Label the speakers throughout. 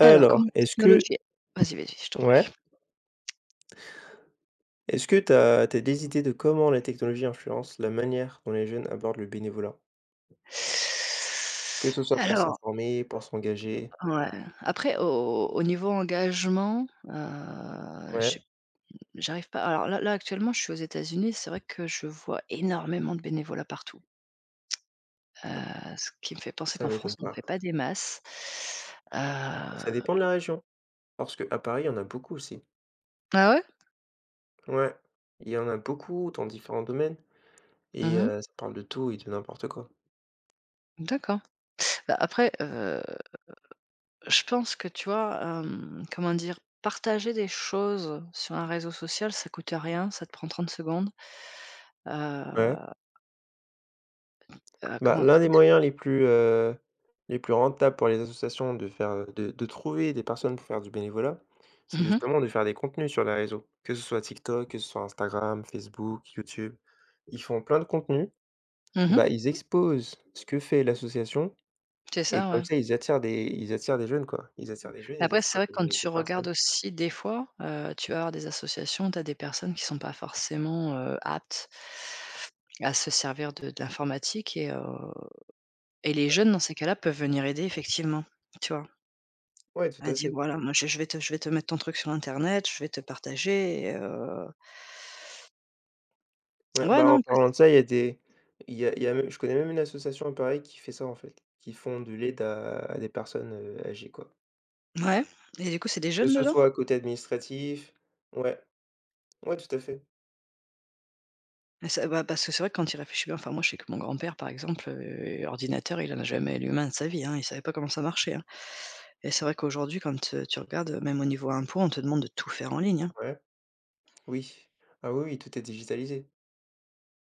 Speaker 1: Alors,
Speaker 2: Alors,
Speaker 1: comment
Speaker 2: est-ce que
Speaker 1: technologie Vas-y, vas-y, je t'en prie.
Speaker 2: ouais, est-ce que t'as des idées de comment la technologie influence la manière dont les jeunes abordent le bénévolat? Que ce soit pour
Speaker 1: Alors,
Speaker 2: s'informer, pour s'engager?
Speaker 1: ouais, après au niveau engagement, je
Speaker 2: Ouais,
Speaker 1: j'arrive pas, alors là, actuellement, je suis aux États-Unis, c'est vrai que je vois énormément de bénévolat partout, heu, ce qui me fait penser
Speaker 2: ça
Speaker 1: qu'en France,
Speaker 2: m'étonne
Speaker 1: on en
Speaker 2: pas.
Speaker 1: fait pas des masses. Heu
Speaker 2: Ça dépend de la région, parce qu'à Paris, il y en a beaucoup aussi.
Speaker 1: ah ouais?
Speaker 2: Ouais, il y en a beaucoup dans différents domaines et
Speaker 1: Mmh.
Speaker 2: ça parle de tout et de n'importe quoi.
Speaker 1: D'accord. Bah, après, je pense que tu vois, comment dire? Partager des choses sur un réseau social, ça coûte rien, ça te prend 30 secondes. Heu
Speaker 2: Ouais. Bah,
Speaker 1: comment
Speaker 2: l'un des
Speaker 1: comment
Speaker 2: moyens les plus rentables pour les associations de faire, de trouver des personnes pour faire du bénévolat, c'est
Speaker 1: Mmh mh.
Speaker 2: justement de faire des contenus sur les réseaux, que ce soit TikTok, que ce soit Instagram, Facebook, YouTube. Ils font plein de contenus,
Speaker 1: Mmh.
Speaker 2: bah, ils exposent ce que fait l'association
Speaker 1: C'est
Speaker 2: et
Speaker 1: ça,
Speaker 2: comme
Speaker 1: ouais.
Speaker 2: ça ils attirent des jeunes, quoi. Ils attirent des jeunes,
Speaker 1: Mais
Speaker 2: ils
Speaker 1: après, c'est
Speaker 2: attirent
Speaker 1: vrai que quand
Speaker 2: des
Speaker 1: tu
Speaker 2: personnes.
Speaker 1: regardes aussi des fois, tu vas avoir des associations, tu as des personnes qui sont pas forcément, aptes à se servir de l'informatique et les jeunes, dans ces cas-là, peuvent venir aider effectivement, tu vois?
Speaker 2: Ouais, tout
Speaker 1: À
Speaker 2: à
Speaker 1: dire:
Speaker 2: fait.
Speaker 1: «Voilà, moi je vais te mettre ton truc sur internet, je vais te partager».
Speaker 2: Ouais,
Speaker 1: Ouais,
Speaker 2: bah, en
Speaker 1: non,
Speaker 2: parlant de
Speaker 1: presque.
Speaker 2: ça, il y a même je connais même une association à Paris qui fait ça, en fait, qui font de l'aide à des personnes, âgées, quoi.
Speaker 1: Ouais, et du coup, c'est des
Speaker 2: Que
Speaker 1: jeunes
Speaker 2: ce
Speaker 1: dedans?
Speaker 2: soit côté administratif, ouais, ouais, tout à fait,
Speaker 1: Et ça, bah, parce que c'est vrai que quand tu y réfléchis bien, enfin, moi, je sais que mon grand-père, par exemple, ordinateur, il en a jamais allumé un de sa vie, hein, il savait pas comment ça marchait, hein. Et c'est vrai qu'aujourd'hui, quand, tu regardes, même au niveau impôt, on te demande de tout faire en ligne, hein.
Speaker 2: ouais, oui. Ah oui, oui, tout est digitalisé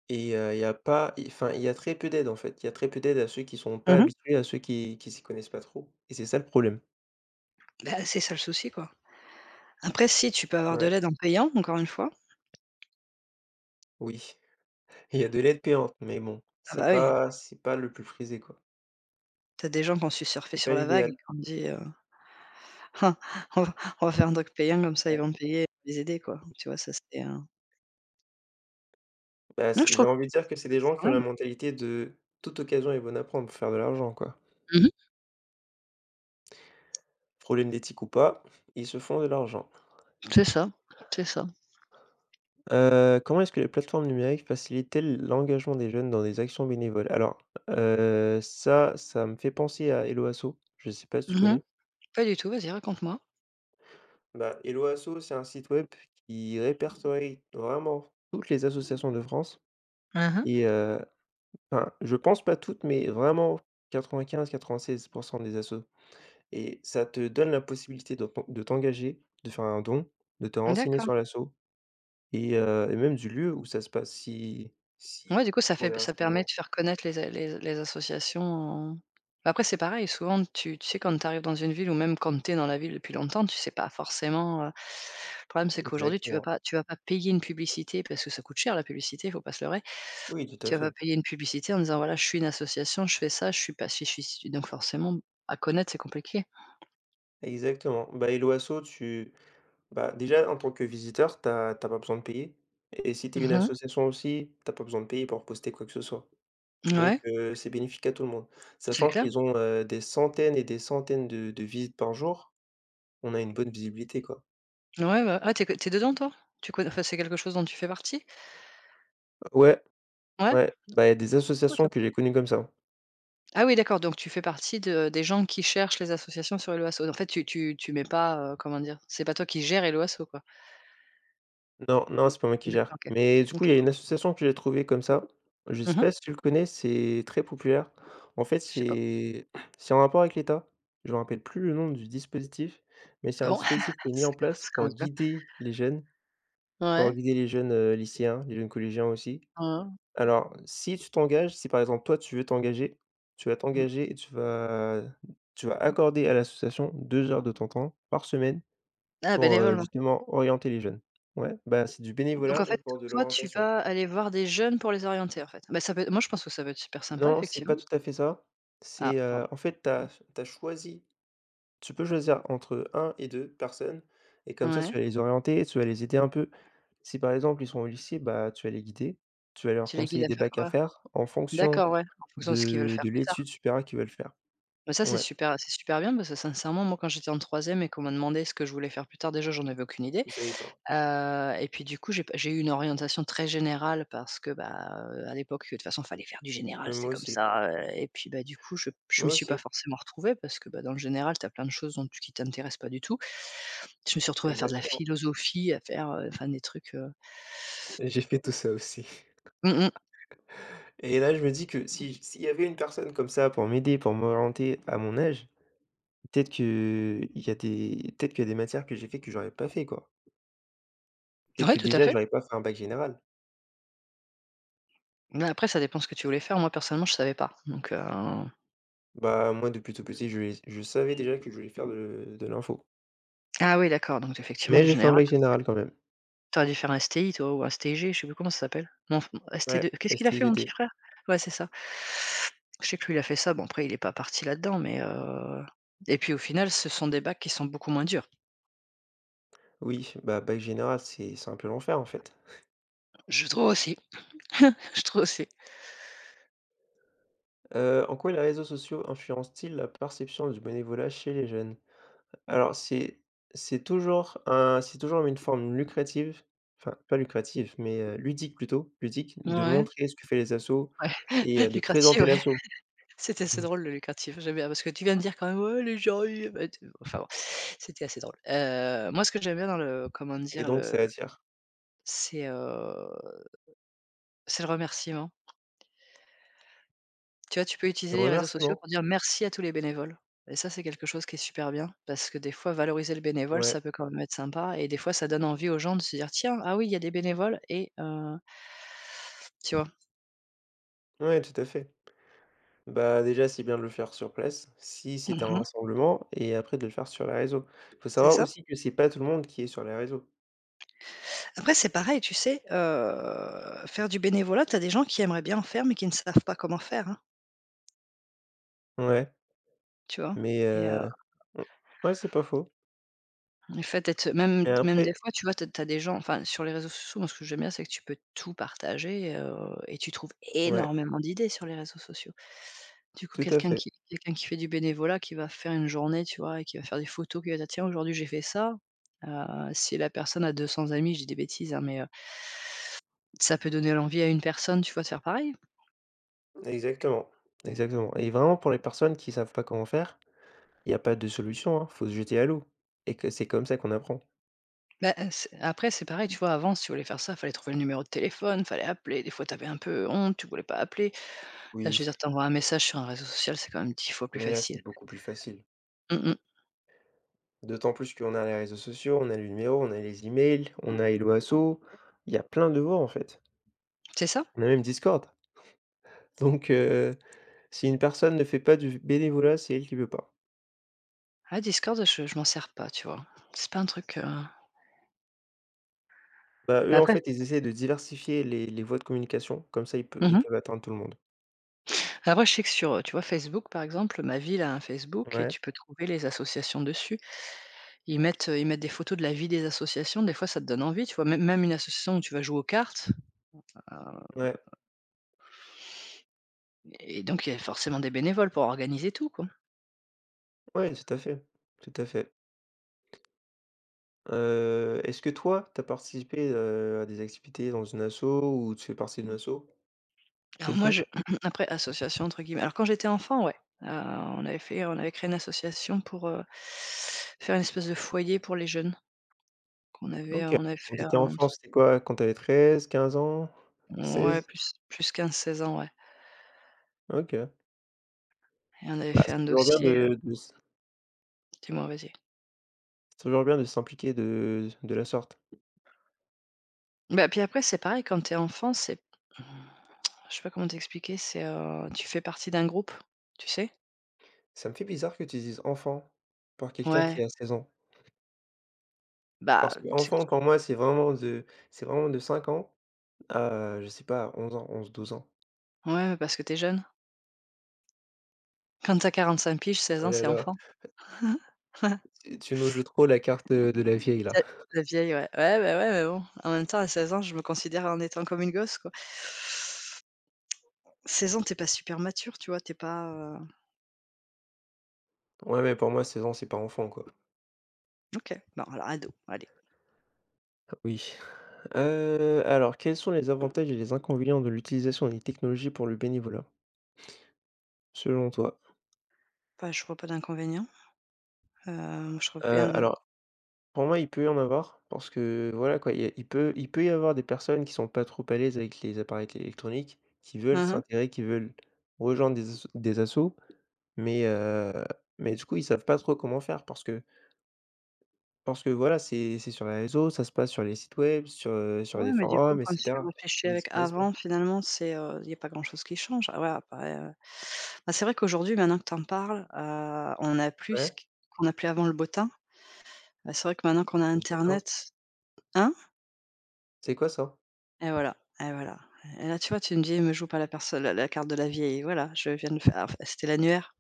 Speaker 2: et il y a pas i enfin, il y a très peu d'aide, en fait. Il y a très peu d'aide à ceux qui sont pas
Speaker 1: Mmh.
Speaker 2: habitués, à ceux qui s'y connaissent pas trop et c'est ça le problème.
Speaker 1: Bah, c'est ça le souci, quoi. Après, si, tu peux avoir de
Speaker 2: Ouais,
Speaker 1: l'aide en payant, encore une fois.
Speaker 2: oui. Il y a de l'aide payante mais bon,
Speaker 1: Ah bah, oui,
Speaker 2: c'est pas le plus frisé, quoi.
Speaker 1: t'as des gens qui ont su surfer
Speaker 2: C'est
Speaker 1: sur
Speaker 2: pas
Speaker 1: la vague et
Speaker 2: l'idéal.
Speaker 1: qui ont dit: on va on va faire un truc payant, comme ça, ils
Speaker 2: Ouais,
Speaker 1: vont payer, les aider, quoi». Tu vois? Ça, c'est,
Speaker 2: bah,
Speaker 1: non, je
Speaker 2: c'est
Speaker 1: trouve
Speaker 2: j'ai
Speaker 1: que
Speaker 2: envie de dire
Speaker 1: c'est
Speaker 2: que c'est des
Speaker 1: égoïste
Speaker 2: gens
Speaker 1: quand
Speaker 2: qui ont
Speaker 1: même,
Speaker 2: la
Speaker 1: hein.
Speaker 2: mentalité de toute occasion est bonne à prendre pour faire de l'argent, quoi.
Speaker 1: Mmh.
Speaker 2: Problème d'éthique ou pas, ils se font de l'argent.
Speaker 1: C'est ça, c'est ça.
Speaker 2: Comment est-ce que les plateformes numériques facilitaient l'engagement des jeunes dans des actions bénévoles? Alors, ça, ça me fait penser à Hello Asso, je ne sais pas si tu
Speaker 1: Mmh.
Speaker 2: connais?
Speaker 1: Pas du tout, vas-y, raconte-moi?
Speaker 2: Bah, Hello Asso, c'est un site web qui répertorie vraiment toutes les associations de France
Speaker 1: Mmh.
Speaker 2: et enfin, je pense pas toutes, mais vraiment 95-96 des assos et ça te donne la possibilité de t'engager, de faire un don, de te renseigner
Speaker 1: D'accord.
Speaker 2: sur l'asso et même du lieu où ça se passe si
Speaker 1: Ouais,
Speaker 2: s'ils
Speaker 1: du coup,
Speaker 2: font des
Speaker 1: ça permet de
Speaker 2: rassemblements.
Speaker 1: faire connaître les a les les associations. Bah, après, c'est pareil, souvent tu sais, quand tu arrives dans une ville ou même quand tu es dans la ville depuis longtemps, tu sais pas forcément, le problème c'est qu'aujourd'hui
Speaker 2: Exactement.
Speaker 1: tu vas pas payer une publicité parce que ça coûte cher, la publicité, faut pas se leurrer.
Speaker 2: Oui, tout à
Speaker 1: Tu vas pas
Speaker 2: fait.
Speaker 1: payer une publicité en disant: «Voilà, je suis une association, je fais ça, je suis pas, si je suis». Donc forcément, à connaître, c'est compliqué.
Speaker 2: Exactement. Bah, et l'OASO, tu bah, déjà, en tant que visiteur, t'as pas besoin de payer. Et si tu es une
Speaker 1: Mmh.
Speaker 2: association aussi, t'as pas besoin de payer pour poster quoi que ce soit. Donc,
Speaker 1: Ouais,
Speaker 2: c'est bénéfique à tout le monde.
Speaker 1: c'est
Speaker 2: Sachant
Speaker 1: clair.
Speaker 2: qu'ils ont, des centaines et des centaines de visites par jour, on a une bonne visibilité, quoi.
Speaker 1: Ouais, bah ah, t'es dedans, toi? Tu connais, enfin, c'est quelque chose dont tu fais partie?
Speaker 2: Ouais,
Speaker 1: Ouais?
Speaker 2: ouais, bah, il y a des
Speaker 1: C'est cool, ça.
Speaker 2: associations que j'ai connues comme ça.
Speaker 1: Ah oui, d'accord, donc tu fais partie de des gens qui cherchent les associations sur Helloasso. En fait, tu mets pas, comment dire? C'est pas toi qui gères Helloasso, quoi?
Speaker 2: Non, non, c'est pas moi qui
Speaker 1: D'accord.
Speaker 2: gère.
Speaker 1: OK.
Speaker 2: Mais du coup, il y
Speaker 1: OK.
Speaker 2: a une association que j'ai trouvée comme ça. Je sais
Speaker 1: Mmh.
Speaker 2: pas si tu le connais, c'est très populaire. En fait,
Speaker 1: Je sais pas.
Speaker 2: c'est en rapport avec l'État. Je me rappelle plus le nom du dispositif, mais c'est un
Speaker 1: Bon,
Speaker 2: dispositif qui est mis en place
Speaker 1: ça
Speaker 2: pour
Speaker 1: commence bien.
Speaker 2: guider les jeunes, pour
Speaker 1: Ouais.
Speaker 2: guider les jeunes, lycéens, les jeunes collégiens aussi.
Speaker 1: Mmh mh.
Speaker 2: Alors, si tu t'engages, si par exemple toi tu veux t'engager, tu vas t'engager et tu vas accorder à l'association 2 heures de ton temps par semaine
Speaker 1: Ah,
Speaker 2: pour,
Speaker 1: bénévolement.
Speaker 2: justement orienter les jeunes. Ouais, bah, c'est du
Speaker 1: Donc
Speaker 2: bénévolat,
Speaker 1: en
Speaker 2: mais
Speaker 1: fait,
Speaker 2: pour de
Speaker 1: toi, tu
Speaker 2: l'orientation.
Speaker 1: vas aller voir des jeunes pour les orienter, en fait? Bah, ça peut être, moi je pense que ça peut être super sympa,
Speaker 2: Non, c'est
Speaker 1: effectivement.
Speaker 2: pas tout à fait ça.
Speaker 1: Ah,
Speaker 2: C'est,
Speaker 1: pardon.
Speaker 2: en fait, t'as as choisi tu peux choisir entre un et 2 personnes et comme ça,
Speaker 1: Ouais.
Speaker 2: tu vas les orienter, tu vas les aider un peu. Si par exemple, ils sont au lycée, bah, tu vas les guider, tu vas leur
Speaker 1: Tu les guides
Speaker 2: conseiller
Speaker 1: à
Speaker 2: des
Speaker 1: faire
Speaker 2: bacs à
Speaker 1: quoi?
Speaker 2: faire en fonction
Speaker 1: D'accord, ouais, en fonction de ce qu'ils veulent faire
Speaker 2: de
Speaker 1: plus tard.
Speaker 2: l'étude supérieure qu'ils veulent faire.
Speaker 1: Bah, ça,
Speaker 2: Ouais.
Speaker 1: c'est super bien, parce que sincèrement, moi, quand j'étais en troisième et qu'on m'a demandé ce que je voulais faire plus tard, déjà j'en avais aucune idée.
Speaker 2: Vous savez pas.
Speaker 1: Et puis, du coup, j'ai eu une orientation très générale, parce que, bah, à l'époque, de toute façon, fallait faire du général,
Speaker 2: Heu,
Speaker 1: c'était
Speaker 2: moi
Speaker 1: comme
Speaker 2: aussi,
Speaker 1: ça, et puis, bah, du coup, je m'y
Speaker 2: moi
Speaker 1: suis pas
Speaker 2: aussi,
Speaker 1: forcément retrouvée, parce que, bah, dans le général, tu as plein de choses dont tu qui t'intéressent pas du tout. Je me suis retrouvée à faire de la
Speaker 2: exactement.
Speaker 1: philosophie, à faire, enfin des trucs,
Speaker 2: J'ai fait tout ça aussi.
Speaker 1: mmh mh.
Speaker 2: Et là, je me dis que si s'il y avait une personne comme ça pour m'aider, pour m'orienter à mon âge, peut-être que il y a des peut-être qu'il y a des matières que j'ai fait que j'aurais pas fait, quoi. Peut-être
Speaker 1: Ouais,
Speaker 2: que
Speaker 1: tout à
Speaker 2: déjà
Speaker 1: fait.
Speaker 2: j'aurais pas fait un bac général.
Speaker 1: Mais après, ça dépend ce que tu voulais faire. Moi, personnellement, je savais pas, donc
Speaker 2: Bah, moi depuis tout petit, je savais déjà que je voulais faire de l'info.
Speaker 1: ah oui, d'accord, donc effectivement,
Speaker 2: Mais
Speaker 1: du
Speaker 2: j'ai fait un
Speaker 1: général.
Speaker 2: bac général quand même.
Speaker 1: Tu dû faire un STI, toi, ou un STG, je sais plus comment ça s'appelle. Non, enfin bon,
Speaker 2: Ouais,
Speaker 1: ST2, qu'est-ce qu'il a fait, mon
Speaker 2: STI/DT.
Speaker 1: petit frère? Ouais, c'est ça. Je sais que lui, il a fait ça, bon après il est pas parti là-dedans, mais et puis au final, ce sont des bacs qui sont beaucoup moins durs.
Speaker 2: Oui, bah, bac général, c'est un peu l'enfer, en fait.
Speaker 1: Je trouve aussi, je trouve aussi.
Speaker 2: En quoi les réseaux sociaux influencent-ils la perception du bénévolat chez les jeunes? Alors c'est toujours une forme lucrative, enfin pas lucrative, mais ludique plutôt, ludique, de
Speaker 1: Ouais,
Speaker 2: montrer ce que fait les assos
Speaker 1: ouais,
Speaker 2: et de
Speaker 1: lucratif,
Speaker 2: présenter
Speaker 1: ouais.
Speaker 2: l'asso.
Speaker 1: C'était assez
Speaker 2: Mmh.
Speaker 1: drôle, le lucratif, j'aime bien parce que tu viens de dire quand même: «Ouais, les gens, ils» et tout, enfin bon, c'était assez drôle. Moi, ce que j'aime bien dans le comment
Speaker 2: Et
Speaker 1: dire?
Speaker 2: donc ça attire
Speaker 1: C'est, heu, c'est le remerciement. Tu vois, tu peux utiliser
Speaker 2: le
Speaker 1: les réseaux sociaux
Speaker 2: remerciement.
Speaker 1: pour dire merci à tous les bénévoles, et ça, c'est quelque chose qui est super bien parce que des fois, valoriser le bénévole,
Speaker 2: Ouais,
Speaker 1: ça peut quand même être sympa, et des fois, ça donne envie aux gens de se dire: «Tiens, ah oui, il y a des bénévoles et» tu vois?
Speaker 2: ouais, tout à fait. Bah, déjà, c'est bien de le faire sur place, si c'était un
Speaker 1: Mmh.
Speaker 2: rassemblement et après de le faire sur les réseaux. Faut
Speaker 1: C'est
Speaker 2: savoir
Speaker 1: ça.
Speaker 2: aussi que c'est pas tout le monde qui est sur les réseaux.
Speaker 1: Après, c'est pareil, tu sais, faire du bénévolat, tu as des gens qui aimeraient bien en faire, mais qui ne savent pas comment faire, hein,
Speaker 2: Ouais,
Speaker 1: tu vois?
Speaker 2: mais
Speaker 1: Et
Speaker 2: mmh, ouais, c'est pas faux,
Speaker 1: le fait d'être, même
Speaker 2: mais
Speaker 1: même des
Speaker 2: après,
Speaker 1: fois, tu vois, tu as des gens, enfin, sur les réseaux sociaux, moi, ce que j'aime bien, c'est que tu peux tout partager, et tu trouves
Speaker 2: ouais,
Speaker 1: énormément d'idées sur les réseaux sociaux. Du coup,
Speaker 2: tout à fait.
Speaker 1: quelqu'un qui fait du bénévolat, qui va faire une journée, tu vois? Et qui va faire des photos, qui va dire: «Tiens, aujourd'hui, j'ai fait ça». Heu, si la personne a 200 amis, je dis des bêtises, hein, mais ça peut donner l'envie à une personne, tu vois, de faire pareil.
Speaker 2: Exactement, exactement et vraiment pour les personnes qui savent pas comment faire, il y a pas de solution, hein, faut se jeter à l'eau et que c'est comme ça qu'on apprend.
Speaker 1: Bah, c'est après, c'est pareil, tu vois, avant, si tu voulais faire ça, fallait trouver le numéro de téléphone, fallait appeler. Des fois, tu avais un peu honte, tu voulais pas appeler. Là, je
Speaker 2: Oui.
Speaker 1: veux dire, t'envoies un message sur un réseau social, c'est quand même 10 fois plus
Speaker 2: Mais là,
Speaker 1: facile.
Speaker 2: c'est beaucoup plus facile.
Speaker 1: Mmh mh.
Speaker 2: D'autant plus qu'on a les réseaux sociaux, on a les numéros, on a les emails, on a Hello Asso, il y a plein de voies en fait.
Speaker 1: C'est ça?
Speaker 2: On a même Discord. Donc, si une personne ne fait pas du bénévolat, c'est elle qui veut pas.
Speaker 1: Ah, Discord, je m'en sers pas, tu vois? C'est pas un truc,
Speaker 2: Bah,
Speaker 1: mais
Speaker 2: eux, en
Speaker 1: après,
Speaker 2: fait, ils essaient de diversifier les voies de communication, comme ça
Speaker 1: mmh
Speaker 2: ils
Speaker 1: mh.
Speaker 2: peuvent atteindre tout le monde.
Speaker 1: Après, je sais que sur, tu vois, Facebook, par exemple, ma ville a un Facebook et
Speaker 2: Ouais,
Speaker 1: tu peux trouver les associations dessus. Ils mettent des photos de la vie des associations, des fois, ça te donne envie, tu vois? Même même une association où tu vas jouer aux cartes, heu
Speaker 2: ouais,
Speaker 1: et donc il y a forcément des bénévoles pour organiser tout, quoi.
Speaker 2: ouais, tout à fait, tout à fait. Est-ce que toi, t'as participé, à des activités dans une asso ou tu fais partie d'une asso
Speaker 1: Alors moi
Speaker 2: quelconque?
Speaker 1: je après association entre guillemets, alors quand j'étais enfant, ouais, on avait créé une association pour, faire une espèce de foyer pour les jeunes qu'on avait,
Speaker 2: OK.
Speaker 1: on avait
Speaker 2: Quand
Speaker 1: fait
Speaker 2: t'étais
Speaker 1: un,
Speaker 2: enfant, c'était quoi? Quand t'avais 13, 15 ans?
Speaker 1: ouais,
Speaker 2: 16.
Speaker 1: plus 15-16 ans, ouais,
Speaker 2: OK.
Speaker 1: et on avait
Speaker 2: Bah,
Speaker 1: fait
Speaker 2: c'est
Speaker 1: un
Speaker 2: toujours bien
Speaker 1: dossier,
Speaker 2: de s
Speaker 1: dis-moi, vas-y?
Speaker 2: c'est toujours bien de s'impliquer de la sorte.
Speaker 1: Bah, puis après c'est pareil, quand t'es enfant c'est, mmh, je sais pas comment t'expliquer, c'est, tu fais partie d'un groupe, tu sais?
Speaker 2: Ça me fait bizarre que tu dises «enfant» pour quelqu'un
Speaker 1: Ouais,
Speaker 2: qui a 16 ans.
Speaker 1: bah,
Speaker 2: Parce que
Speaker 1: tu sais que
Speaker 2: enfant pour moi, c'est vraiment de 5 ans à, je sais pas, 11 ans, 11 12 ans.
Speaker 1: ouais, mais parce que t'es jeune. Quand t'as 45 piges, seize
Speaker 2: Oh
Speaker 1: ans,
Speaker 2: là
Speaker 1: c'est
Speaker 2: là,
Speaker 1: enfant.
Speaker 2: tu nous joues trop la carte, de la vieille là.
Speaker 1: La la vieille, ouais. Ouais, bah, ouais, mais bon, en même temps, à 16 ans, je me considère en étant comme une gosse, quoi. 16 ans, t'es pas super mature, tu vois? T'es pas,
Speaker 2: Ouais, mais pour moi 16 ans, c'est pas enfant, quoi.
Speaker 1: OK, bon, alors ado, allez.
Speaker 2: Oui. Alors quels sont les avantages et les inconvénients de l'utilisation des technologies pour le bénévolat, selon toi?
Speaker 1: Bah, je vois pas d'inconvénient. Moi, je trouve bien de
Speaker 2: Alors pour moi, il peut y en avoir parce que voilà quoi, il y a il peut y avoir des personnes qui sont pas trop à l'aise avec les appareils électroniques, qui
Speaker 1: mmh
Speaker 2: veulent
Speaker 1: mh.
Speaker 2: s'intégrer, qui veulent rejoindre des assos, mais heu, mais du coup, ils savent pas trop comment faire parce que voilà, c'est sur les réseaux, ça se passe sur les sites web, sur
Speaker 1: Ouais,
Speaker 2: les
Speaker 1: mais du coup,
Speaker 2: forums et
Speaker 1: quand tu
Speaker 2: cetera.
Speaker 1: réfléchis
Speaker 2: Ils se
Speaker 1: avec
Speaker 2: connaissent pas.
Speaker 1: avant, finalement, c'est, il y a pas grand-chose qui change. Ah ouais, après, bah, c'est vrai qu'aujourd'hui, maintenant que tu en parles, on a plus ce
Speaker 2: Ouais?
Speaker 1: qu'on appelait avant, le beau temps. Bah, c'est vrai que maintenant qu'on a
Speaker 2: C'est quoi ça?
Speaker 1: internet, hein?
Speaker 2: C'est quoi ça?
Speaker 1: Et voilà, et voilà. Et là, tu vois, tu me dis: «Elle me joue pas la perso la la carte de la vieille». Voilà, je viens de faire, enfin, c'était l'annuaire.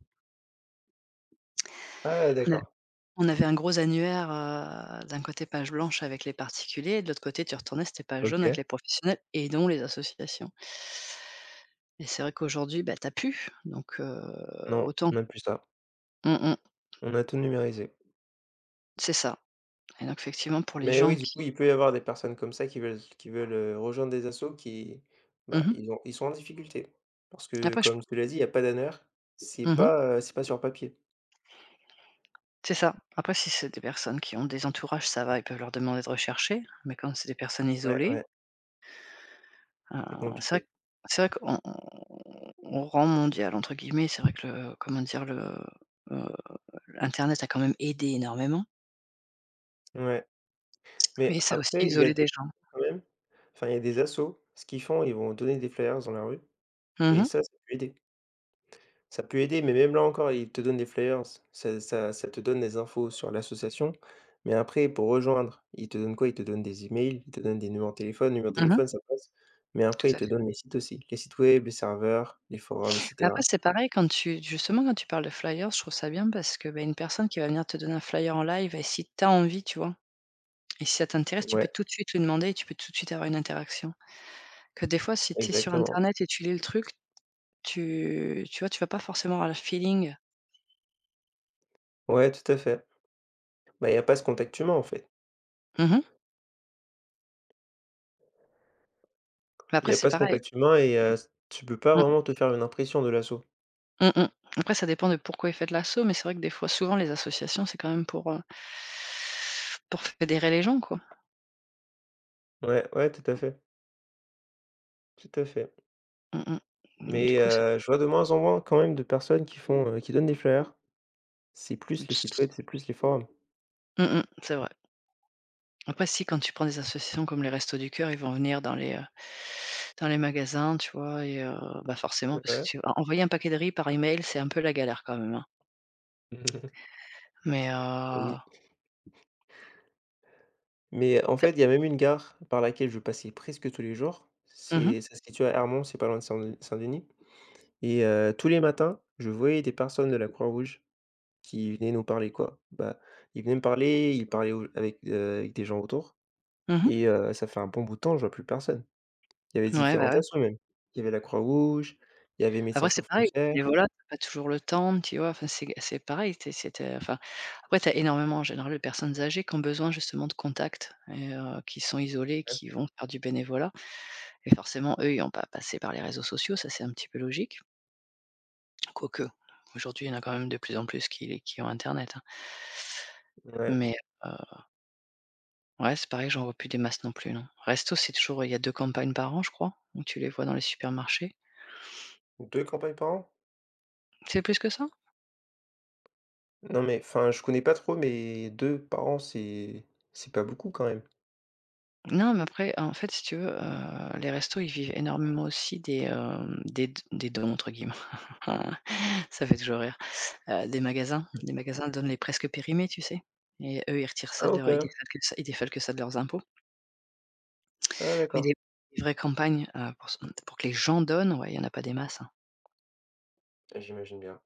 Speaker 2: Ah
Speaker 1: On av
Speaker 2: d'accord.
Speaker 1: on avait un gros annuaire, d'un côté page blanche avec les particuliers et de l'autre côté, tu retournais, c'était page jaune avec
Speaker 2: OK.
Speaker 1: les professionnels et non les associations. Et c'est vrai qu'aujourd'hui, bah, t'as pu. Donc,
Speaker 2: Non,
Speaker 1: autant,
Speaker 2: on a plus ça.
Speaker 1: mmh mh,
Speaker 2: On a tout numérisé.
Speaker 1: c'est ça. Et donc effectivement, pour les
Speaker 2: Mais oui,
Speaker 1: gens
Speaker 2: du coup,
Speaker 1: qui.
Speaker 2: il peut y avoir des personnes comme ça qui veulent rejoindre des assos qui, bah,
Speaker 1: Mmh.
Speaker 2: ils sont en difficulté. Parce que
Speaker 1: Après, je.
Speaker 2: comme tu l'as dit, il y a pas d'honneur,
Speaker 1: Mmh.
Speaker 2: c'est pas sur papier.
Speaker 1: C'est ça. Après, si c'est des personnes qui ont des entourages, ça va, ils peuvent leur demander de rechercher, mais quand c'est des personnes
Speaker 2: Ouais, ouais,
Speaker 1: isolées.
Speaker 2: c'est
Speaker 1: Heu, c'est vrai
Speaker 2: compliqué.
Speaker 1: c'est vrai qu'on rend «mondial» entre guillemets, c'est vrai que le comment dire? Heu, l'internet a quand même aidé énormément,
Speaker 2: Ouais, mais
Speaker 1: mais ça a aussi
Speaker 2: après, il y a
Speaker 1: isolé
Speaker 2: des
Speaker 1: des gens.
Speaker 2: quand même, enfin, il y a des assos, ce qu'ils font, ils vont donner des flyers dans la rue
Speaker 1: Mmh
Speaker 2: et
Speaker 1: mh.
Speaker 2: ça peut aider. Ça peut aider, mais même là encore, ils te donnent des flyers, ça te donne des infos sur l'association, mais après pour rejoindre, ils te donnent quoi? Ils te donnent des emails, ils te donnent des numéros de téléphone, numéro de
Speaker 1: Mmh.
Speaker 2: téléphone ça passe, mais
Speaker 1: Tout
Speaker 2: après ils
Speaker 1: à
Speaker 2: te donnent
Speaker 1: fait.
Speaker 2: les sites aussi, les sites web, les serveurs, les forums et
Speaker 1: Après
Speaker 2: cetera.
Speaker 1: c'est pareil, quand tu justement quand tu parles de flyers, je trouve ça bien parce que, bah, une personne qui va venir te donner un flyer en live, et si tu as envie, tu vois? Et si ça t'intéresse, tu
Speaker 2: Ouais,
Speaker 1: peux tout de suite lui demander et tu peux tout de suite avoir une interaction. Que des fois si tu es sur
Speaker 2: exactement.
Speaker 1: internet et tu lis le truc, tu vois? Tu vas pas forcément avoir le feeling.
Speaker 2: Ouais, tout à fait. Bah, il y a pas ce contact humain en fait.
Speaker 1: Mmh. Mais
Speaker 2: Il y
Speaker 1: après
Speaker 2: a
Speaker 1: c'est
Speaker 2: pas ce
Speaker 1: pareil.
Speaker 2: contact humain et tu peux pas vraiment te faire une impression de l'asso.
Speaker 1: Mmh mh. Après ça dépend de pourquoi ils faites l'asso, mais c'est vrai que des fois souvent les associations, c'est quand même pour fédérer les gens, quoi.
Speaker 2: Ouais, ouais, tout à fait, tout à fait.
Speaker 1: Mmh mh. Du
Speaker 2: Mais
Speaker 1: coup ça
Speaker 2: je vois de moins en moins quand même de personnes qui font, qui donnent des flyers. C'est plus les sites
Speaker 1: s
Speaker 2: web, c'est plus les forums?
Speaker 1: mmh mh, c'est vrai. Après si, quand tu prends des associations comme les Restos du Cœur, ils vont venir dans dans les magasins, tu vois? Et bah, forcément, parce que
Speaker 2: Ouais.
Speaker 1: tu en envoyer un paquet de riz par email, c'est un peu la galère quand même, hein. Mais,
Speaker 2: Oui, mais en
Speaker 1: tu as
Speaker 2: fait, il y a même une gare par laquelle je passais presque tous les jours.
Speaker 1: mmh mh,
Speaker 2: C'est ça se situe à Hermont, c'est pas loin de Saint-Denis. Et tous les matins, je voyais des personnes de la Croix-Rouge qui venaient nous parler, quoi. Bah, ils venaient me parler, ils parlaient au avec des gens autour
Speaker 1: mmh mh.
Speaker 2: et ça fait un bon bout de temps, je vois plus personne. Il y avait
Speaker 1: Ouais, bah,
Speaker 2: différentes
Speaker 1: ouais.
Speaker 2: assos même. Il y avait la Croix-Rouge, il y avait Médecins
Speaker 1: Après c'est
Speaker 2: sans
Speaker 1: pareil, le
Speaker 2: frontières.
Speaker 1: bénévolat, tu pas toujours le temps, tu vois? Enfin, c'est pareil, tu es enfin après t'as énormément en général de personnes âgées qui ont besoin justement de contact, et qui sont isolées,
Speaker 2: Ouais.
Speaker 1: qui vont faire du bénévolat, et forcément eux, ils ont pas passé par les réseaux sociaux, ça c'est un petit peu logique. Quoique, aujourd'hui il y en a quand même de plus en plus qui ont internet, hein.
Speaker 2: Ouais.
Speaker 1: Mais, heu, ouais, c'est pareil, j'en vois plus des masses non plus, non. Resto, c'est toujours, il y a 2 campagnes par an, je crois, où tu les vois dans les supermarchés.
Speaker 2: 2 campagnes par an?
Speaker 1: C'est plus que ça?
Speaker 2: Non mais enfin, je connais pas trop, mais 2 par an, c'est pas beaucoup quand même.
Speaker 1: Non, mais après, en fait, si tu veux, les restos, ils vivent énormément aussi des, hem, des d des «dons» entre guillemets. Ça fait toujours rire. Des magasins donnent les presque périmés, tu sais? Et eux, ils retirent ça
Speaker 2: Ah
Speaker 1: de leur ils
Speaker 2: OK.
Speaker 1: défalquent ça, ils défalquent ça de leurs impôts.
Speaker 2: Ah
Speaker 1: Mais
Speaker 2: d'accord.
Speaker 1: des vraies campagnes, pour que les gens donnent, ouais, il y en a pas des masses, hein.
Speaker 2: J'imagine bien.